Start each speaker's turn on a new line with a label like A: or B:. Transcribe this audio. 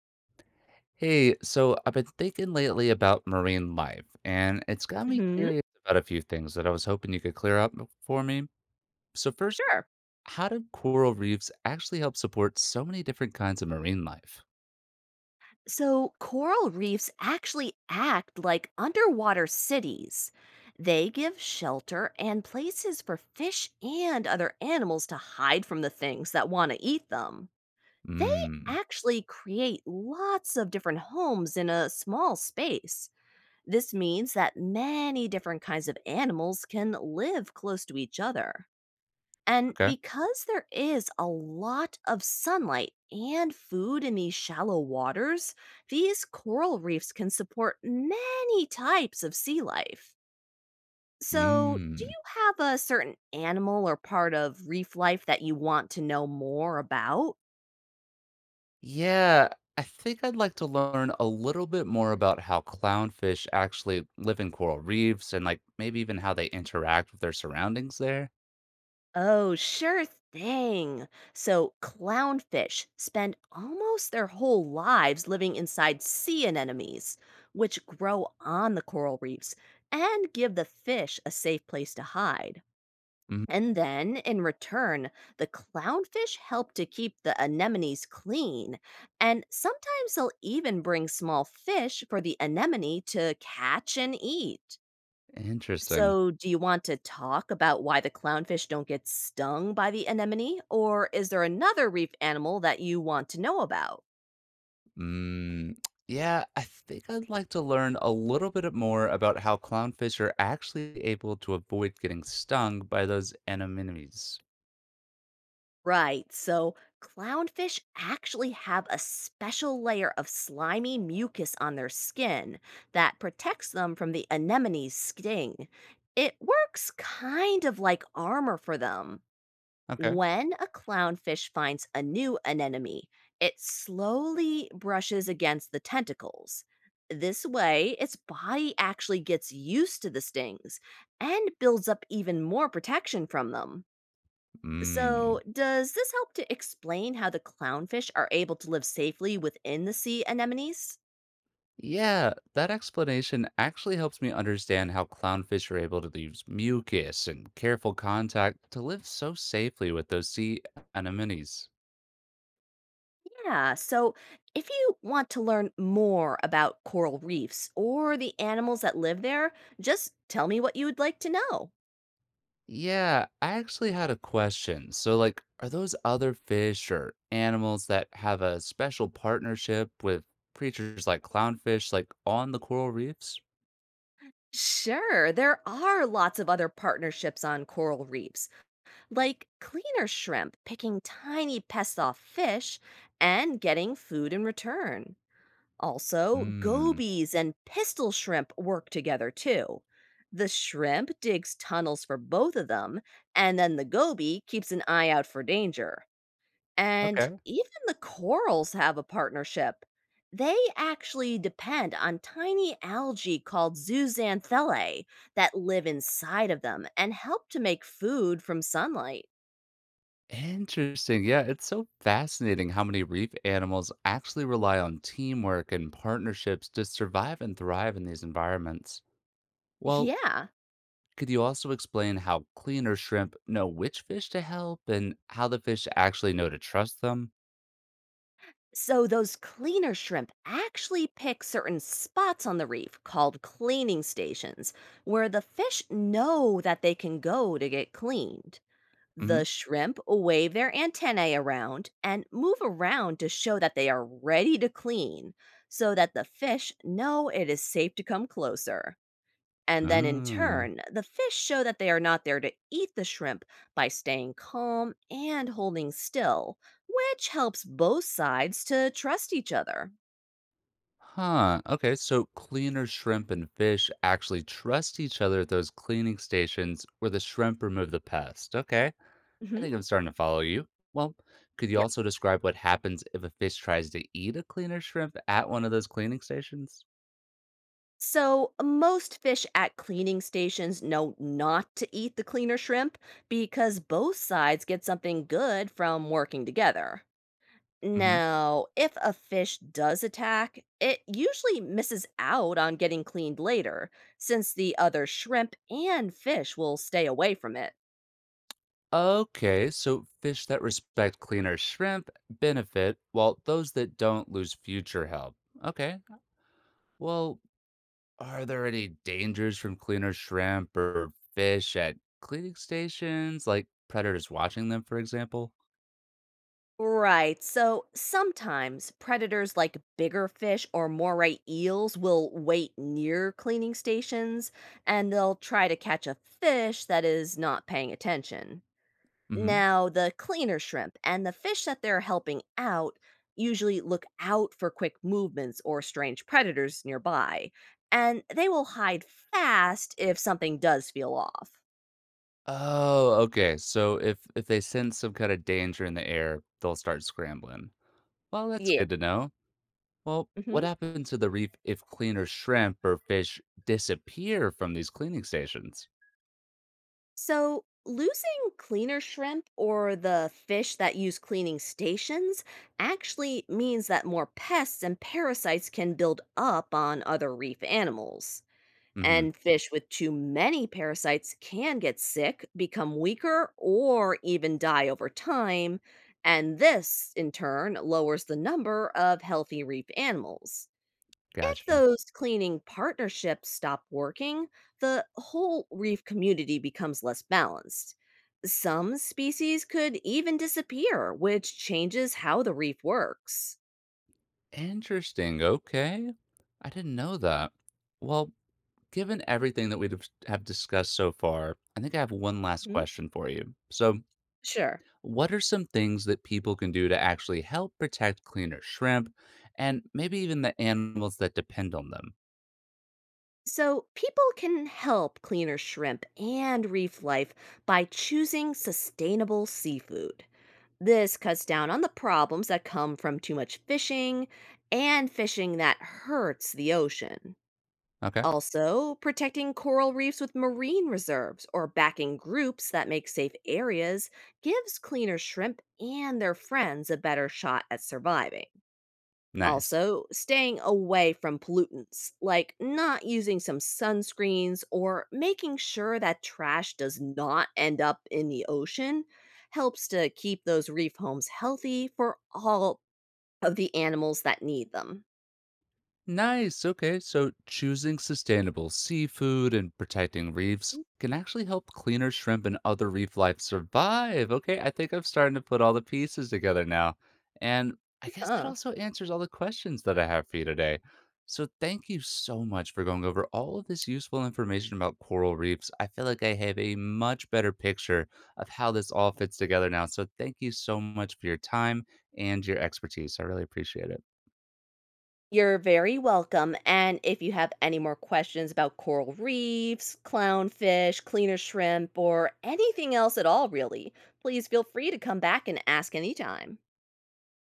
A: Hey, so I've been thinking lately about marine life, and it's got me
B: Hmm.
A: curious about a few things that I was hoping you could clear up for me. So first,
B: Sure.
A: how do coral reefs actually help support so many different kinds of marine life?
B: So, coral reefs actually act like underwater cities. They give shelter and places for fish and other animals to hide from the things that want to eat them. They
A: Mm,
B: actually create lots of different homes in a small space. This means that many different kinds of animals can live close to each other. And
A: okay.
B: because there is a lot of sunlight and food in these shallow waters, these coral reefs can support many types of sea life. So, do
A: Mm.
B: you have a certain animal or part of reef life that you want to know more about?
A: Yeah, I think I'd like to learn a little bit more about how clownfish actually live in coral reefs and like maybe even how they interact with their surroundings there.
B: Oh, sure thing. So, clownfish spend almost their whole lives living inside sea anemones, which grow on the coral reefs and give the fish a safe place to hide.
A: Mhm.
B: And then, in return, the clownfish help to keep the anemones clean, and sometimes they'll even bring small fish for the anemone to catch and eat.
A: Interesting.
B: So, do you want to talk about why the clownfish don't get stung by the anemone, or is there another reef animal that you want to know about?
A: Mm, yeah, I think I'd like to learn a little bit more about how clownfish are actually able to avoid getting stung by those anemones.
B: Right, so clownfish actually have a special layer of slimy mucus on their skin that protects them from the anemone's sting. It works kind of like armor for them.
A: Okay.
B: When a clownfish finds a new anemone, it slowly brushes against the tentacles. This way, its body actually gets used to the stings and builds up even more protection from them. So,
A: Mm.
B: does this help to explain how the clownfish are able to live safely within the sea anemones?
A: Yeah, that explanation actually helps me understand how clownfish are able to use mucus and careful contact to live so safely with those sea anemones.
B: Yeah, so if you want to learn more about coral reefs or the animals that live there, just tell me what you would like to know.
A: Yeah, I actually had a question. So, like, are those other fish or animals that have a special partnership with creatures like clownfish, like on the coral reefs?
B: Sure, there are lots of other partnerships on coral reefs, like cleaner shrimp picking tiny pests off fish and getting food in return. Also,
A: Hmm.
B: gobies and pistol shrimp work together too. The shrimp digs tunnels for both of them, and then the goby keeps an eye out for danger. And
A: Okay.
B: even the corals have a partnership. They actually depend on tiny algae called zooxanthellae that live inside of them and help to make food from sunlight.
A: Interesting. Yeah, it's so fascinating how many reef animals actually rely on teamwork and partnerships to survive and thrive in these environments. Well,
B: Yeah.
A: could you also explain how cleaner shrimp know which fish to help and how the fish actually know to trust them?
B: So those cleaner shrimp actually pick certain spots on the reef called cleaning stations where the fish know that they can go to get cleaned. The
A: Hmm.
B: shrimp wave their antennae around and move around to show that they are ready to clean so that the fish know it is safe to come closer. And then in
A: Oh.
B: turn, the fish show that they are not there to eat the shrimp by staying calm and holding still, which helps both sides to trust each other.
A: Huh. Okay. So cleaner shrimp and fish actually trust each other at those cleaning stations where the shrimp remove the pest. Okay. I
B: Mhm.
A: think I'm starting to follow you. Well, could you also describe what happens if a fish tries to eat a cleaner shrimp at one of those cleaning stations?
B: So, most fish at cleaning stations know not to eat the cleaner shrimp because both sides get something good from working together.
A: Hmm.
B: Now, if a fish does attack, it usually misses out on getting cleaned later, since the other shrimp and fish will stay away from it.
A: Okay, so fish that respect cleaner shrimp benefit, while those that don't lose future help. Okay, well, are there any dangers from cleaner shrimp or fish at cleaning stations, like predators watching them, for example?
B: Right. So sometimes predators like bigger fish or moray eels will wait near cleaning stations and they'll try to catch a fish that is not paying attention.
A: Hmm.
B: Now, the cleaner shrimp and the fish that they're helping out usually look out for quick movements or strange predators nearby, and they will hide fast if something does feel off.
A: Oh, okay. So if they sense some kind of danger in the air, they'll start scrambling. Well, that's
B: Yeah.
A: good to know. Well, what
B: Mhm.
A: happens to the reef if cleaner shrimp or fish disappear from these cleaning stations?
B: So, losing cleaner shrimp or the fish that use cleaning stations actually means that more pests and parasites can build up on other reef animals.
A: Hmm.
B: And fish with too many parasites can get sick, become weaker, or even die over time. And this, in turn, lowers the number of healthy reef animals. If
A: Gotcha.
B: those cleaning partnerships stop working, the whole reef community becomes less balanced. Some species could even disappear, which changes how the reef works.
A: Interesting. Okay. I didn't know that. Well, given everything that we have discussed so far, I think I have one last
B: Hmm?
A: question for you. So,
B: Sure.
A: what are some things that people can do to actually help protect cleaner shrimp and maybe even the animals that depend on them?
B: So, people can help cleaner shrimp and reef life by choosing sustainable seafood. This cuts down on the problems that come from too much fishing and fishing that hurts the ocean.
A: Okay,
B: Also, protecting coral reefs with marine reserves or backing groups that make safe areas gives cleaner shrimp and their friends a better shot at surviving.
A: nice.
B: Also, staying away from pollutants, like not using some sunscreens or making sure that trash does not end up in the ocean, helps to keep those reef homes healthy for all of the animals that need them.
A: Nice. Okay. So choosing sustainable seafood and protecting reefs can actually help cleaner shrimp and other reef life survive. Okay. I think I'm starting to put all the pieces together now. And I guess it
B: Huh.
A: also answers all the questions that I have for you today. So thank you so much for going over all of this useful information about coral reefs. I feel like I have a much better picture of how this all fits together now. So thank you so much for your time and your expertise. I really appreciate it.
B: You're very welcome. And if you have any more questions about coral reefs, clownfish, cleaner shrimp, or anything else at all, really, please feel free to come back and ask anytime.